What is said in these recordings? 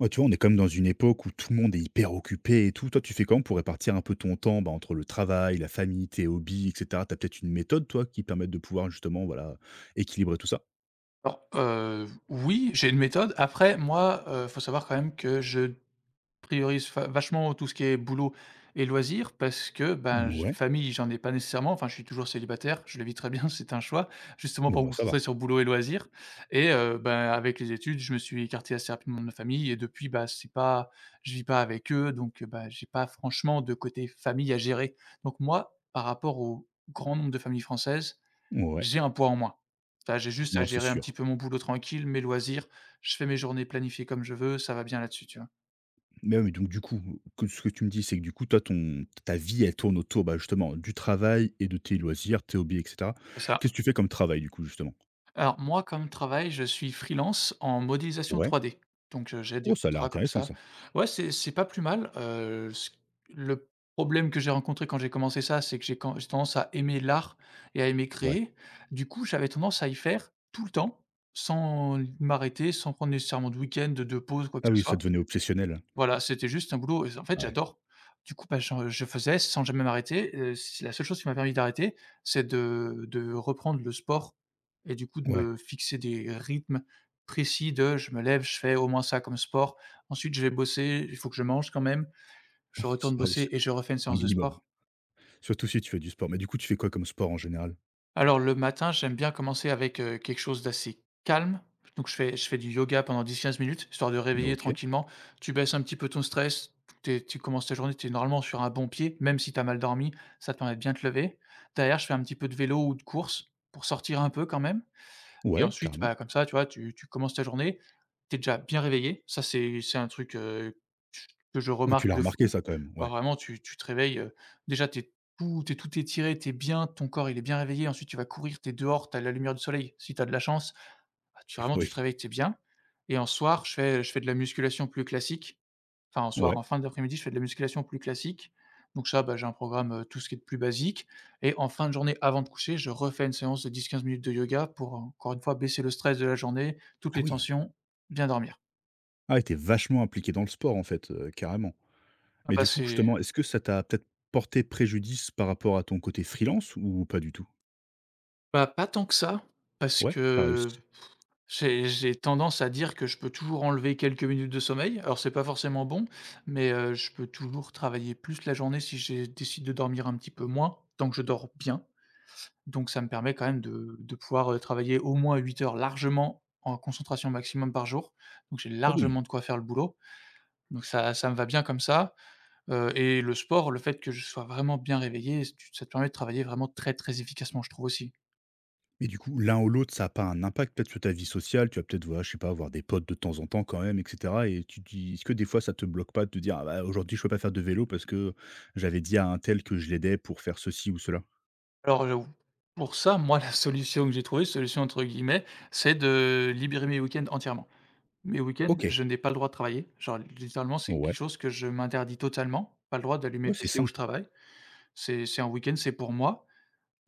Ouais, tu vois, on est quand même dans une époque où tout le monde est hyper occupé et tout. Toi, tu fais comment pour répartir un peu ton temps bah, entre le travail, la famille, tes hobbies, etc. Tu as peut-être une méthode, toi, qui permette de pouvoir justement voilà, équilibrer tout ça? Alors, oui, j'ai une méthode. Après, moi, faut savoir quand même que je priorise fa vachement tout ce qui est boulot et loisirs parce que, ben, j Ouais. famille, j'en ai pas nécessairement. Enfin, je suis toujours célibataire, je le vis très bien, c'est un choix, justement Bon, pour me bah, ça va. concentrer sur boulot et loisirs. Et ben, avec les études, je me suis écarté assez rapidement de ma famille et depuis, bah, c'est pas, je vis pas avec eux, donc, bah, j'ai pas franchement de côté famille à gérer. Donc moi, par rapport au grand nombre de familles françaises, Ouais, j'ai un poids en moins. Là, j'ai juste à non, c'est gérer un petit sûr. peu mon boulot tranquille, mes loisirs, je fais mes journées planifiées comme je veux, ça va bien là-dessus, tu vois? Mais oui, donc du coup, que ce que tu me dis, c'est que du coup, toi, ton ta vie, elle tourne autour, bah, justement, du travail et de tes loisirs, tes hobbies, et cetera. C'est ça. Qu'est-ce que tu fais comme travail, du coup, justement? Alors moi, comme travail, je suis freelance en modélisation Ouais. 3D. Donc, j'ai des Oh, ça a l'air contrats comme intéressant ça. ça. Ouais, c'est pas plus mal, ce le problème que j'ai rencontré quand j'ai commencé ça, c'est que j'ai quand j'ai tendance à aimer l'art et à aimer Ouais. créer. Du coup, j'avais tendance à y faire tout le temps, sans m'arrêter, sans prendre nécessairement de week-end, de pause, quoi que Ah ce oui, ça soit. devenait obsessionnel. Voilà, c'était juste un boulot et en fait, Ouais. j'adore. Du coup, bah, j'en je faisais sans jamais m'arrêter, c'est la seule chose qui m'a permis d'arrêter, c'est de reprendre le sport et du coup, de Ouais. me fixer des rythmes précis de: «Je me lève, je fais au moins ça comme sport. Ensuite, je vais bosser, il faut que je mange quand même. Je Ça retourne oui, c'est bosser et je refais une un séance de minimum. sport». Surtout si tu fais du sport. Mais du coup, tu fais quoi comme sport en général? Alors le matin, j'aime bien commencer avec, quelque chose d'assez calme. Donc je fais du yoga pendant 10-15 minutes, histoire de réveiller OK. tranquillement. Tu baisses un petit peu ton stress, tu commences ta journée, tu es normalement sur un bon pied, même si tu as mal dormi, ça te permet de bien te lever. Derrière, je fais un petit peu de vélo ou de course pour sortir un peu quand même. Et Ouais, ensuite, carrément. bah, comme ça, tu vois, tu commences ta journée, tu es déjà bien réveillé. Ça, c'est un truc, que je Ouais, tu remarque l'as de remarqué fou. ça quand même, Bah, ouais. vraiment, tu te réveilles, déjà, tu es tout t'es tout étiré, tu es bien, ton corps, il est bien réveillé. Ensuite, tu vas courir, tu es dehors, tu as la lumière du soleil, si tu as de la chance. Bah, tu vraiment, tu Oui. te réveilles, tu es bien. Et en soir, je fais de la musculation plus classique. Enfin, Ouais. en fin d'après-midi, je fais de la musculation plus classique. Donc ça, bah, j'ai un programme, tout ce qui est de plus basique et en fin de journée, avant de coucher, je refais une séance de 10-15 minutes de yoga pour, encore une fois, baisser le stress de la journée, toutes Ah les oui. tensions, bien dormir. Ah ouais, t'es vachement impliqué dans le sport en fait, carrément. Ah Mais bah, du coup, c'est justement, est-ce que ça t'a peut-être porté préjudice par rapport à ton côté freelance ou pas du tout? bah, pas tant que ça, parce Ouais, t'as que réussi. j'ai tendance à dire que je peux toujours enlever quelques minutes de sommeil. Alors c'est pas forcément bon, mais, je peux toujours travailler plus la journée si j'ai décide de dormir un petit peu moins, tant que je dors bien. Donc ça me permet quand même de pouvoir, travailler au moins 8 heures largement en concentration maximum par jour. Donc j'ai Ah oui. largement de quoi faire le boulot. Donc ça me va bien comme ça, et le sport, le fait que je sois vraiment bien réveillé, tu ça te permet de travailler vraiment très, très efficacement, je trouve aussi. Mais du coup, l'un ou l'autre, ça a pas un impact peut-être sur ta vie sociale? Tu vas peut-être, voilà, je sais pas, avoir des potes de temps en temps quand même et cetera et tu te dis est-ce que des fois ça te bloque pas de te dire: «Ah bah, aujourd'hui je peux pas faire de vélo parce que j'avais dit à untel que je l'aidais pour faire ceci ou cela»? Alors, pour ça, moi, la solution que j'ai trouvée, «solution» entre guillemets, c'est de libérer mes week-ends entièrement. Mes week-ends, OK. je n'ai pas le droit de travailler. Genre littéralement, c'est Ouais. quelque chose que je m'interdis totalement. Pas le droit d'allumer Ouais, le c'est PC où sain. je travaille. C'est un week-end, c'est pour moi.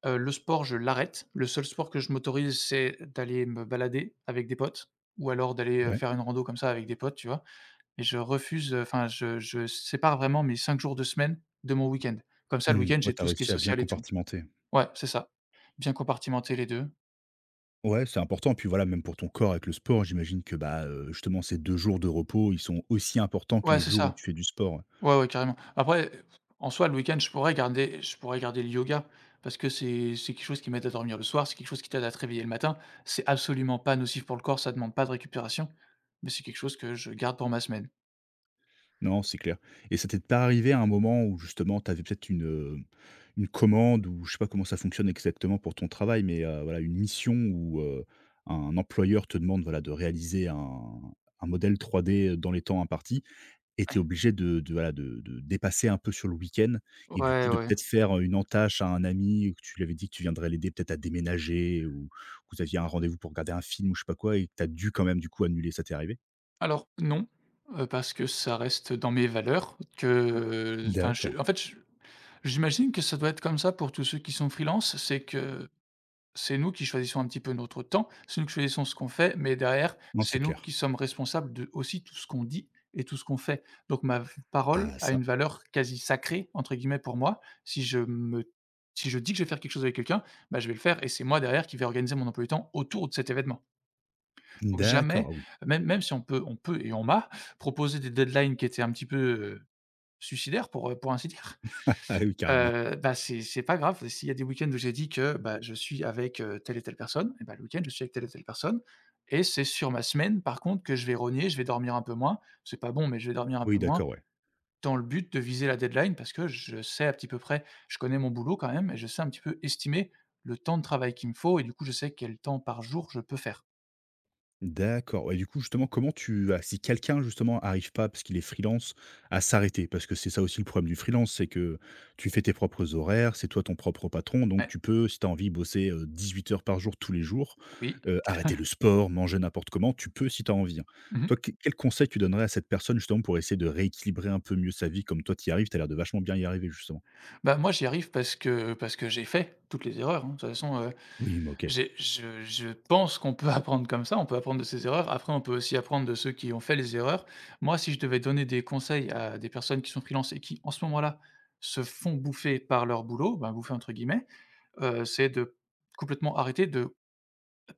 Le sport, je l'arrête. Le seul sport que je m'autorise, c'est d'aller me balader avec des potes ou alors d'aller, Ouais. faire une rando comme ça avec des potes, tu vois? Et je refuse, enfin je sépare vraiment mes 5 jours de semaine de mon week-end. Comme ça, le Mmh. week-end, Ouais, j'ai t'as tout ce qui est réussi à bien social et tout. compartimenter. Ouais, c'est ça. Bien compartimenter les 2. Ouais, c'est important. Puis voilà, même pour ton corps avec le sport, j'imagine que, bah, justement, ces 2 jours de repos, ils sont aussi importants que Ouais, les c'est jours où ça. tu fais du sport. Ouais, ouais, carrément. Après, en soi, le week-end, je pourrais garder le yoga parce que c'est quelque chose qui m'aide à dormir le soir, c'est quelque chose qui t'aide à te réveiller le matin. C'est absolument pas nocif pour le corps, ça demande pas de récupération, mais c'est quelque chose que je garde pour ma semaine. Non, c'est clair. Et ça t'est pas arrivé à un moment où justement tu avais peut-être une commande ou je sais pas comment ça fonctionne exactement pour ton travail, mais, voilà, une mission où, un employeur te demande, voilà, de réaliser un modèle 3D dans les temps impartis. Et tu es obligé de de dépasser un peu sur le week-end et du coup Ouais, de ouais. peut-être faire, une entache à un ami que tu lui avais dit que tu viendrais l'aider peut-être à déménager ou que vous aviez un rendez-vous pour regarder un film ou je sais pas quoi et que tu as dû quand même du coup annuler, ça t'est arrivé? Alors non, parce que ça reste dans mes valeurs que enfin, je D'accord. en fait, je j'imagine que ça doit être comme ça pour tous ceux qui sont freelance, c'est que c'est nous qui choisissons un petit peu notre temps, c'est nous qui choisissons ce qu'on fait, mais derrière, Non, c'est c'est nous clair. qui sommes responsables de aussi tout ce qu'on dit et tout ce qu'on fait. Donc ma v parole Ah a ça une valeur quasi «sacrée» entre guillemets pour moi. Si je dis que je vais faire quelque chose avec quelqu'un, bah, je vais le faire et c'est moi derrière qui vais organiser mon emploi du temps autour de cet événement. Donc d'accord, jamais, ah oui. Même si on peut et on m'a proposé des deadlines qui étaient un petit peu, suicidaires pour ainsi dire. Ah oui, carrément. Bah, c'est pas grave. S'il y a des week-ends où j'ai dit que, bah, je suis avec, telle et telle personne, et bah, le week-end, je suis avec telle et telle personne et c'est sur ma semaine, par contre, que je vais rogner, je vais dormir un peu moins. C'est pas bon, mais je vais dormir un Oui, peu moins d'accord, ouais. dans le but de viser la deadline parce que je sais à petit peu près je connais mon boulot quand même et je sais un petit peu estimer le temps de travail qu'il me faut et du coup, je sais quel temps par jour je peux faire. D'accord, ouais, du coup, justement, comment tu as si quelqu'un, justement, arrive pas, parce qu'il est freelance, à s'arrêter? Parce que c'est ça aussi le problème du freelance, c'est que tu fais tes propres horaires, c'est toi ton propre patron, donc Ouais, tu peux, si tu as envie, bosser, 18 heures par jour, tous les jours, oui. Arrêter le sport, manger n'importe comment, tu peux si tu as envie, hein. Mmh. Toi, quel conseil tu donnerais à cette personne, justement, pour essayer de rééquilibrer un peu mieux sa vie comme toi t'y arrives? T'as l'air de vachement bien y arriver, justement. Bah, moi, j'y arrive parce que j'ai fait toutes les erreurs, hein. De toute façon, Oui, mais OK. J'ai je pense qu'on peut apprendre comme ça, on peut apprendre de ses erreurs. Après, on peut aussi apprendre de ceux qui ont fait les erreurs. Moi, si je devais donner des conseils à des personnes qui sont freelance et qui, en ce moment-là, se font «bouffer» par leur boulot, ben, «bouffer» entre guillemets, c'est de complètement arrêter, de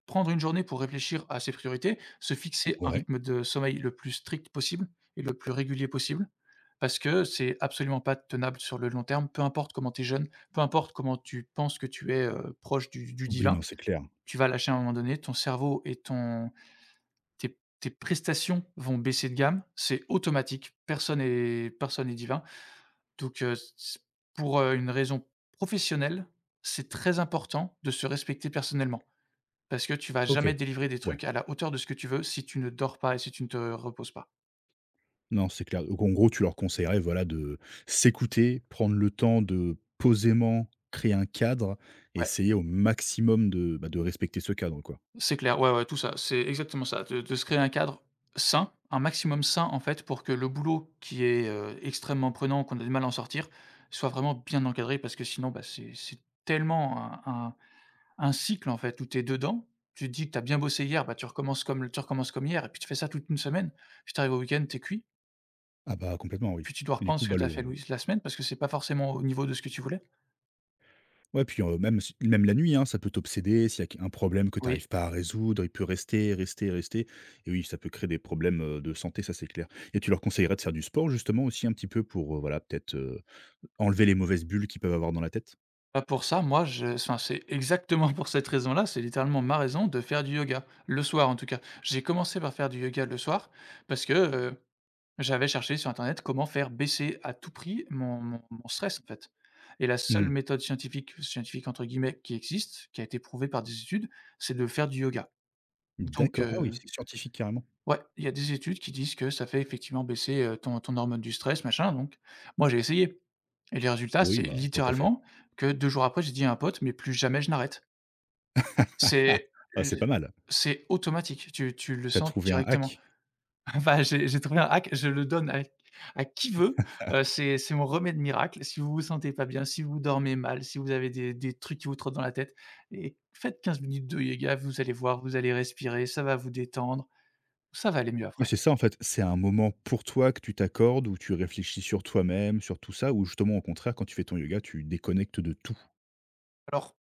prendre une journée pour réfléchir à ses priorités, se fixer un Ouais. rythme de sommeil le plus strict possible et le plus régulier possible. Parce que c'est absolument pas tenable sur le long terme, peu importe comment tu es jeune, peu importe comment tu penses que tu es, proche du Oui, non, divin. c'est clair. Tu vas lâcher à un moment donné, ton cerveau et ton tes tes prestations vont baisser de gamme, c'est automatique, personne est divin. Donc c pour, une raison professionnelle, c'est très important de se respecter personnellement parce que tu vas OK. jamais délivrer des Ouais. trucs à la hauteur de ce que tu veux si tu ne dors pas et si tu ne te reposes pas. Non, c'est clair. Donc en gros, tu leur conseillerais, voilà, de s'écouter, prendre le temps de posément créer un cadre, et Ouais. essayer au maximum de, bah, de respecter ce cadre, quoi. C'est clair, ouais, ouais, tout ça, c'est exactement ça. De se créer un cadre sain, un maximum sain, en fait, pour que le boulot qui est, extrêmement prenant, qu'on a du mal à en sortir, soit vraiment bien encadré parce que sinon, bah, c'est tellement un un un cycle, en fait, où tu es dedans. Tu te dis que tu as bien bossé hier, bah, tu recommences comme hier et puis tu fais ça toute une semaine. Puis tu arrives au week-end, tu es cuit. Ah bah, complètement, oui. Puis tu dois Et du reprendre coup, ce que bah, tu as fait le louis la semaine parce que c'est pas forcément au niveau de ce que tu voulais. ouais, puis, même si même la nuit, hein, ça peut t'obséder, s'il y a qu un problème que tu Oui. arrives pas à résoudre, il peut rester, rester, rester et oui, ça peut créer des problèmes, de santé, ça, c'est clair et tu leur conseillerais de faire du sport, justement, aussi un petit peu pour, voilà, peut-être, enlever les mauvaises bulles qu'ils peuvent avoir dans la tête? Bah, pour ça, moi, je enfin, c'est exactement pour cette raison-là, c'est littéralement ma raison de faire du yoga, le soir en tout cas. J'ai commencé par faire du yoga le soir parce que, j'avais cherché sur internet comment faire baisser à tout prix mon stress, en fait. Et la seule Mmh. méthode scientifique «scientifique» entre guillemets qui existe, qui a été prouvée par des études, c'est de faire du yoga. Donc D'accord. Ah oui, c'est scientifique, carrément. ouais, il y a des études qui disent que ça fait effectivement baisser, ton hormone du stress, machin, donc moi j'ai essayé. Et les résultats, Oui, c'est bah, tant qu'à faire. littéralement que 2 jours après, j'ai dit à un pote: «Mais plus jamais je n'arrête». Ah! C'est C'est l pas mal. c'est automatique, tu le T'as sens trouvé un directement. hack. Enfin, j'ai trouvé un hack, je le donne à qui veut, c'est mon remède miracle. Si vous vous sentez pas bien, si vous dormez mal, si vous avez des trucs qui vous trottent dans la tête et faites 15 minutes de yoga, vous allez voir, vous allez respirer, ça va vous détendre, ça va aller mieux Oui, après. c'est ça, en fait. C'est un moment pour toi que tu t'accordes, où tu réfléchis sur toi-même, sur tout ça, ou justement, au contraire, quand tu fais ton yoga, tu déconnectes de tout? Alors,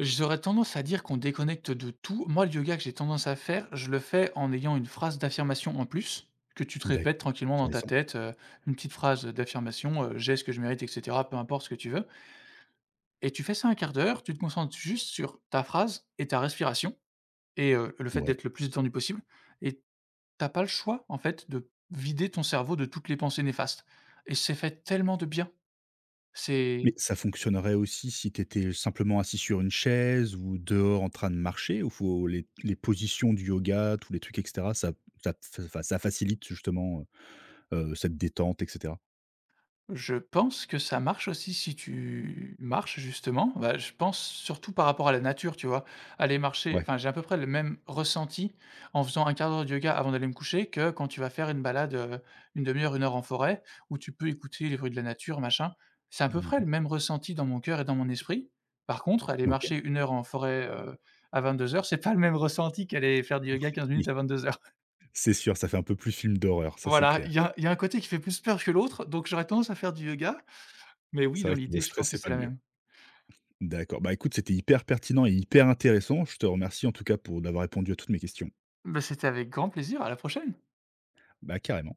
j'aurais tendance à dire qu'on déconnecte de tout. Moi, le yoga que j'ai tendance à faire, je le fais en ayant une phrase d'affirmation en plus, que tu te répètes D'accord, tranquillement dans ta intéressant. tête, une petite phrase d'affirmation, «J'ai ce que je mérite» et cetera, peu importe ce que tu veux et tu fais ça un quart d'heure, tu te concentres juste sur ta phrase et ta respiration et le fait Ouais. d'être le plus détendu possible et t'as pas le choix, en fait, de vider ton cerveau de toutes les pensées néfastes et c'est fait tellement de bien. Mais C'est ça fonctionnerait aussi si tu étais simplement assis sur une chaise ou dehors en train de marcher? Ou faut les positions du yoga, tous les trucs et cetera, ça ça f enfin, ça facilite justement, cette détente et cetera? Je pense que ça marche aussi si tu marches justement. Bah, je pense surtout par rapport à la nature, tu vois? Aller marcher Ouais. enfin, j'ai à peu près le même ressenti en faisant un 4 d'heure de yoga avant d'aller me coucher que quand tu vas faire une balade, 1/2 heure, une heure en forêt où tu peux écouter les bruits de la nature, machin. C'est à peu près Mmh. le même ressenti dans mon cœur et dans mon esprit. Par contre, aller OK. marcher une heure en forêt, à 22 h, c'est pas le même ressenti qu'aller faire du yoga 15 Oui, minutes à 22 h. c'est sûr, ça fait un peu plus film d'horreur, ça, c'est Voilà, clair. il y a un côté qui fait plus peur que l'autre, donc j'aurais tendance à faire du yoga mais oui, C'est dans vrai que le l'idée, je stress, pense que c'est c'est pas le la mieux. même. D'accord. Bah, écoute, c'était hyper pertinent et hyper intéressant. Je te remercie en tout cas pour d'avoir répondu à toutes mes questions. Bah, c'était avec grand plaisir, à la prochaine. Bah, carrément.